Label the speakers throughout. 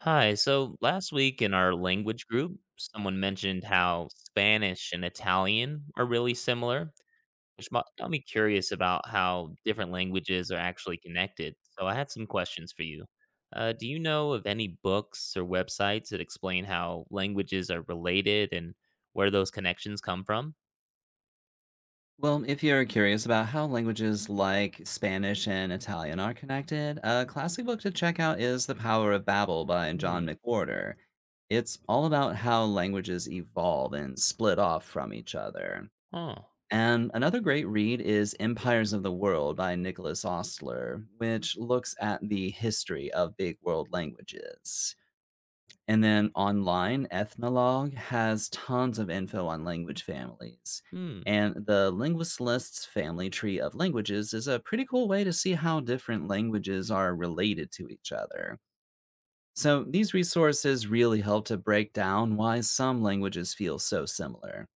Speaker 1: Hi, so last week in our language group, someone mentioned how Spanish and Italian are really similar, which got me curious about how different languages are actually connected. So I had some questions for you. Do you know of any books or websites that explain how languages are related and where those connections come from?
Speaker 2: Well, if you're curious about how languages like Spanish and Italian are connected, a classic book to check out is The Power of Babel by John
Speaker 1: Hmm.
Speaker 2: McWhorter. It's all about how languages evolve and split off from each other.
Speaker 1: Oh.
Speaker 2: And another great read is Empires of the World by Nicholas Ostler, which looks at the history of big world languages. And then online, Ethnologue has tons of info on language families.
Speaker 1: Hmm.
Speaker 2: And the Linguist List's family tree of languages is a pretty cool way to see how different languages are related to each other. So these resources really help to break down why some languages feel so similar.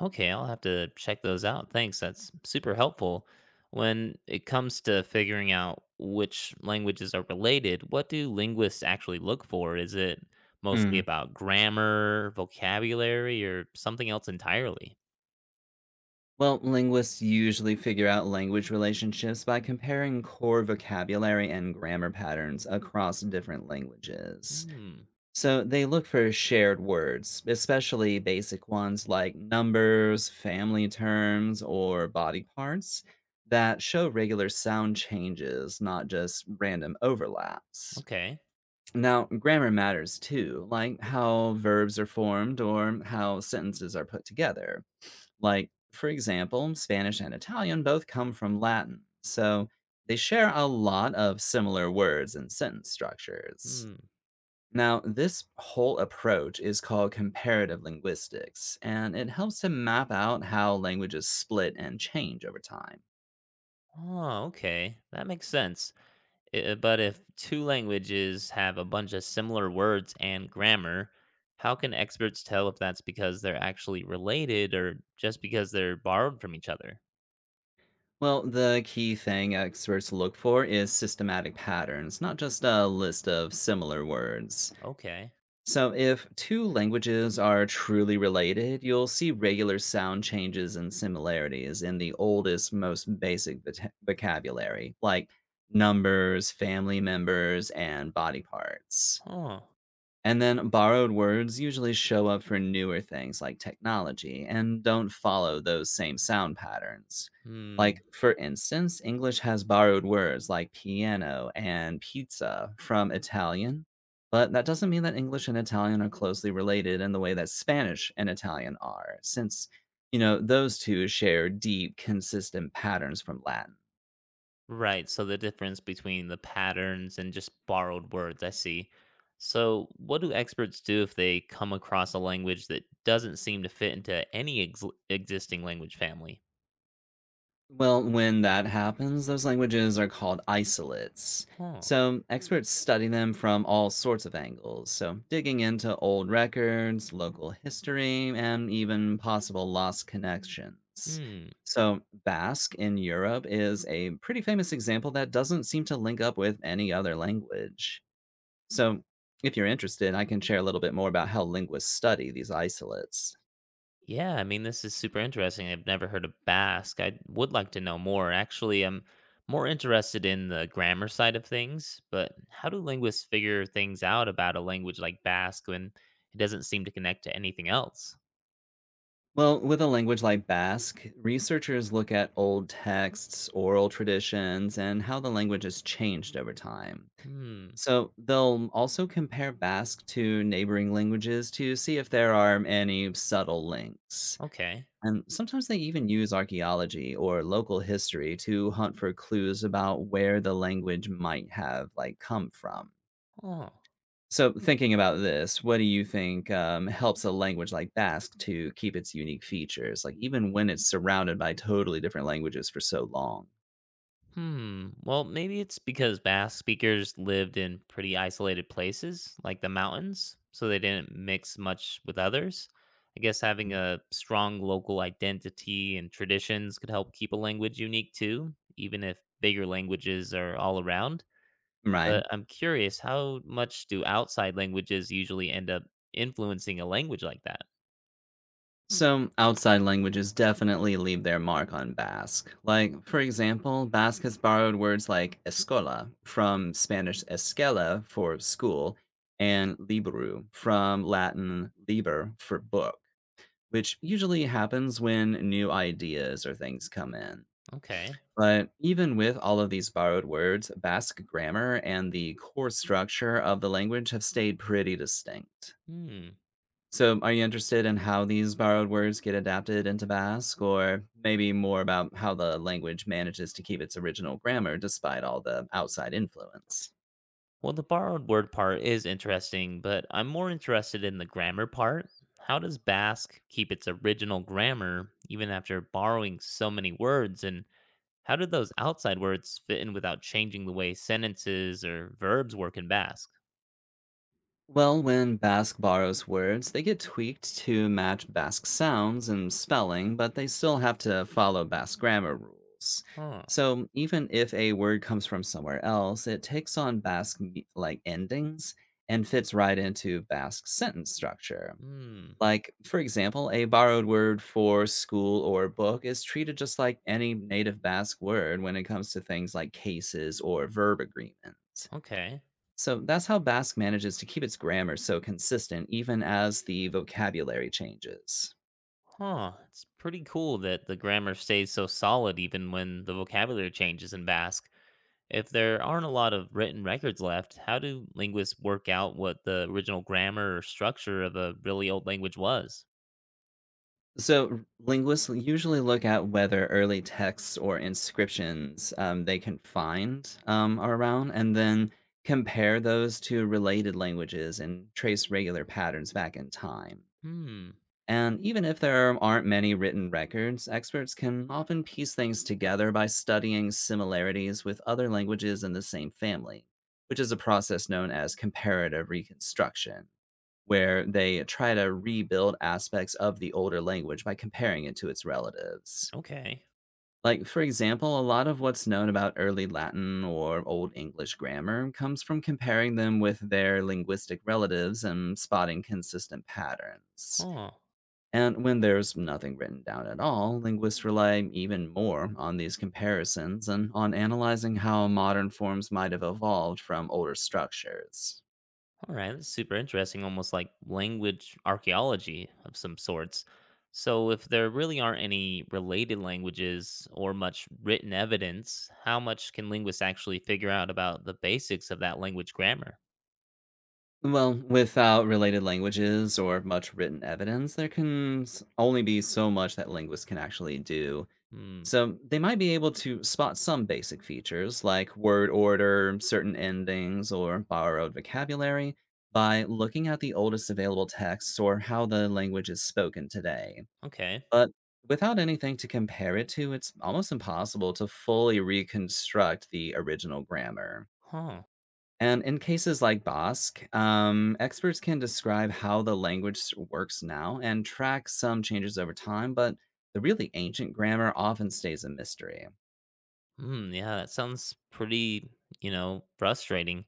Speaker 1: Okay, I'll have to check those out. Thanks. That's super helpful. When it comes to figuring out which languages are related, what do linguists actually look for? Is it mostly
Speaker 2: Mm.
Speaker 1: about grammar, vocabulary, or something else entirely?
Speaker 2: Well, linguists usually figure out language relationships by comparing core vocabulary and grammar patterns across different languages.
Speaker 1: Hmm.
Speaker 2: So they look for shared words, especially basic ones like numbers, family terms, or body parts that show regular sound changes, not just random overlaps.
Speaker 1: Okay.
Speaker 2: Now, grammar matters too, like how verbs are formed or how sentences are put together. Like, for example, Spanish and Italian both come from Latin, so they share a lot of similar words and sentence structures.
Speaker 1: Hmm.
Speaker 2: Now, this whole approach is called comparative linguistics, and it helps to map out how languages split and change over time.
Speaker 1: Oh, okay. That makes sense. But if two languages have a bunch of similar words and grammar, how can experts tell if that's because they're actually related or just because they're borrowed from each other?
Speaker 2: Well, the key thing experts look for is systematic patterns, not just a list of similar words.
Speaker 1: Okay.
Speaker 2: So, if two languages are truly related, you'll see regular sound changes and similarities in the oldest, most basic vocabulary, like numbers, family members, and body parts.
Speaker 1: Huh.
Speaker 2: And then borrowed words usually show up for newer things like technology and don't follow those same sound patterns. Like,
Speaker 1: Hmm.
Speaker 2: for instance, English has borrowed words like piano and pizza from Italian, but that doesn't mean that English and Italian are closely related in the way that Spanish and Italian are, since, you know, those two share deep, consistent patterns from Latin.
Speaker 1: Right. So the difference between the patterns and just borrowed words, I see. So, what do experts do if they come across a language that doesn't seem to fit into any existing language family?
Speaker 2: Well, when that happens, those languages are called isolates.
Speaker 1: Huh.
Speaker 2: So, experts study them from all sorts of angles. So, digging into old records, local history, and even possible lost connections.
Speaker 1: Hmm.
Speaker 2: So, Basque in Europe is a pretty famous example that doesn't seem to link up with any other language. So, if you're interested, I can share a little bit more about how linguists study these isolates.
Speaker 1: Yeah, I mean, this is super interesting. I've never heard of Basque. I would like to know more. Actually, I'm more interested in the grammar side of things, but how do linguists figure things out about a language like Basque when it doesn't seem to connect to anything else?
Speaker 2: Well, with a language like Basque, researchers look at old texts, oral traditions, and how the language has changed over time.
Speaker 1: Hmm,
Speaker 2: So they'll also compare Basque to neighboring languages to see if there are any subtle links.
Speaker 1: okay.
Speaker 2: And sometimes they even use archaeology or local history to hunt for clues about where the language might have like come from.
Speaker 1: Oh.
Speaker 2: So, thinking about this, what do you think helps a language like Basque to keep its unique features, like even when it's surrounded by totally different languages for so long?
Speaker 1: Hmm. Well, maybe it's because Basque speakers lived in pretty isolated places, like the mountains, so they didn't mix much with others. I guess having
Speaker 2: Mhm.
Speaker 1: a strong local identity and traditions could help keep a language unique too, even if bigger languages are all around.
Speaker 2: Right.
Speaker 1: But I'm curious, how much do outside languages usually end up influencing a language like that?
Speaker 2: So, outside languages definitely leave their mark on Basque. Like, for example, Basque has borrowed words like escola from Spanish escuela for school and libru from Latin liber for book, which usually happens when new ideas or things come in.
Speaker 1: Okay.
Speaker 2: But even with all of these borrowed words, Basque grammar and the core structure of the language have stayed pretty distinct.
Speaker 1: Hmm.
Speaker 2: So, are you interested in how these borrowed words get adapted into Basque, or maybe more about how the language manages to keep its original grammar despite all the outside influence?
Speaker 1: Well, the borrowed word part is interesting, but I'm more interested in the grammar part. How does Basque keep its original grammar even after borrowing so many words? And how do those outside words fit in without changing the way sentences or verbs work in Basque?
Speaker 2: Well, when Basque borrows words, they get tweaked to match Basque sounds and spelling, but they still have to follow Basque grammar rules.
Speaker 1: Huh.
Speaker 2: So even if a word comes from somewhere else, it takes on Basque like endings and fits right into Basque sentence structure.
Speaker 1: Hmm.
Speaker 2: Like, for example, a borrowed word for school or book is treated just like any native Basque word when it comes to things like cases or verb agreements.
Speaker 1: Okay.
Speaker 2: So that's how Basque manages to keep its grammar so consistent, even as the vocabulary changes.
Speaker 1: Huh. It's pretty cool that the grammar stays so solid even when the vocabulary changes in Basque. If there aren't a lot of written records left, how do linguists work out what the original grammar or structure of a really old language was?
Speaker 2: So linguists usually look at whether early texts or inscriptions they can find are around, and then compare those to related languages and trace regular patterns back in time.
Speaker 1: Hmm,
Speaker 2: And even if there aren't many written records, experts can often piece things together by studying similarities with other languages in the same family, which is a process known as comparative reconstruction, where they try to rebuild aspects of the older language by comparing it to its relatives.
Speaker 1: okay.
Speaker 2: Like, for example, a lot of what's known about early Latin or Old English grammar comes from comparing them with their linguistic relatives and spotting consistent patterns.
Speaker 1: Huh.
Speaker 2: And when there's nothing written down at all, linguists rely even more on these comparisons and on analyzing how modern forms might have evolved from older structures.
Speaker 1: All right, that's super interesting, almost like language archaeology of some sorts. So, if there really aren't any related languages or much written evidence, how much can linguists actually figure out about the basics of that language grammar?
Speaker 2: Well, without related languages or much written evidence, there can only be so much that linguists can actually do.
Speaker 1: Hmm,
Speaker 2: So they might be able to spot some basic features like word order, certain endings, or borrowed vocabulary by looking at the oldest available texts or how the language is spoken today.
Speaker 1: okay.
Speaker 2: But without anything to compare it to, it's almost impossible to fully reconstruct the original grammar.
Speaker 1: Huh.
Speaker 2: And in cases like Basque, experts can describe how the language works now and track some changes over time, but the really ancient grammar often stays a mystery.
Speaker 1: Hmm, yeah, that sounds pretty, frustrating.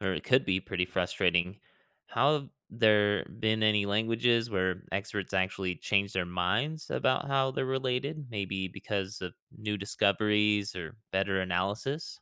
Speaker 1: Or it could be pretty frustrating. How have there been any languages where experts actually change their minds about how they're related, maybe because of new discoveries or better analysis?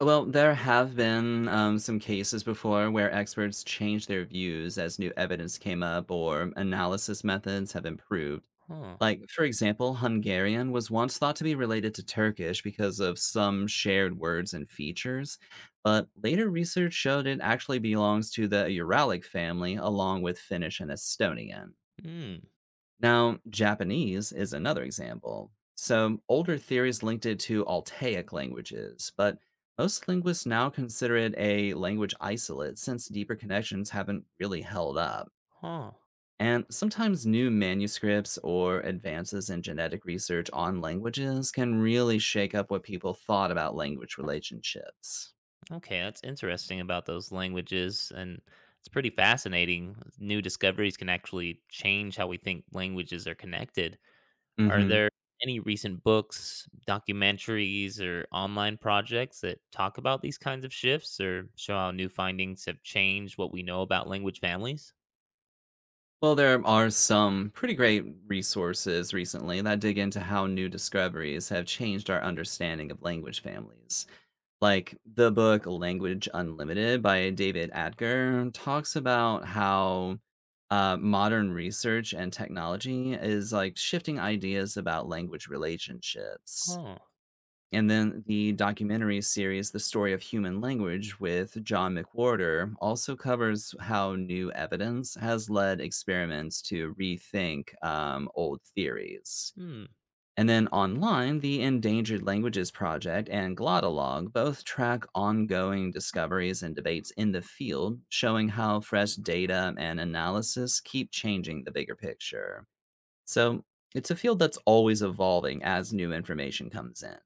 Speaker 2: Well, there have been some cases before where experts changed their views as new evidence came up or analysis methods have improved.
Speaker 1: Huh.
Speaker 2: Like, for example, Hungarian was once thought to be related to Turkish because of some shared words and features, but later research showed it actually belongs to the Uralic family along with Finnish and Estonian.
Speaker 1: Hmm.
Speaker 2: Now, Japanese is another example. So, older theories linked it to Altaic languages, but most linguists now consider it a language isolate since deeper connections haven't really held up.
Speaker 1: Huh.
Speaker 2: And sometimes new manuscripts or advances in genetic research on languages can really shake up what people thought about language relationships.
Speaker 1: Okay, that's interesting about those languages, and it's pretty fascinating. New discoveries can actually change how we think languages are connected.
Speaker 2: Mm
Speaker 1: Are
Speaker 2: hmm.
Speaker 1: there any recent books, documentaries, or online projects that talk about these kinds of shifts or show how new findings have changed what we know about language families?
Speaker 2: Well, there are some pretty great resources recently that dig into how new discoveries have changed our understanding of language families. Like the book Language Unlimited by David Adger talks about how modern research and technology is like shifting ideas about language relationships.
Speaker 1: Huh.
Speaker 2: And then the documentary series, The Story of Human Language with John McWhorter, also covers how new evidence has led experiments to rethink old theories.
Speaker 1: Hmm.
Speaker 2: And then online, the Endangered Languages Project and Glottolog both track ongoing discoveries and debates in the field, showing how fresh data and analysis keep changing the bigger picture. So it's a field that's always evolving as new information comes in.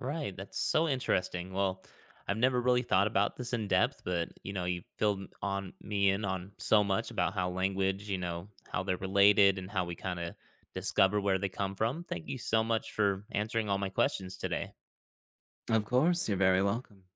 Speaker 1: Right. That's so interesting. Well, I've never really thought about this in depth, but you filled on me in on so much about how language, how they're related and how we kind of discover where they come from. Thank you so much for answering all my questions today.
Speaker 2: Of course, you're very welcome.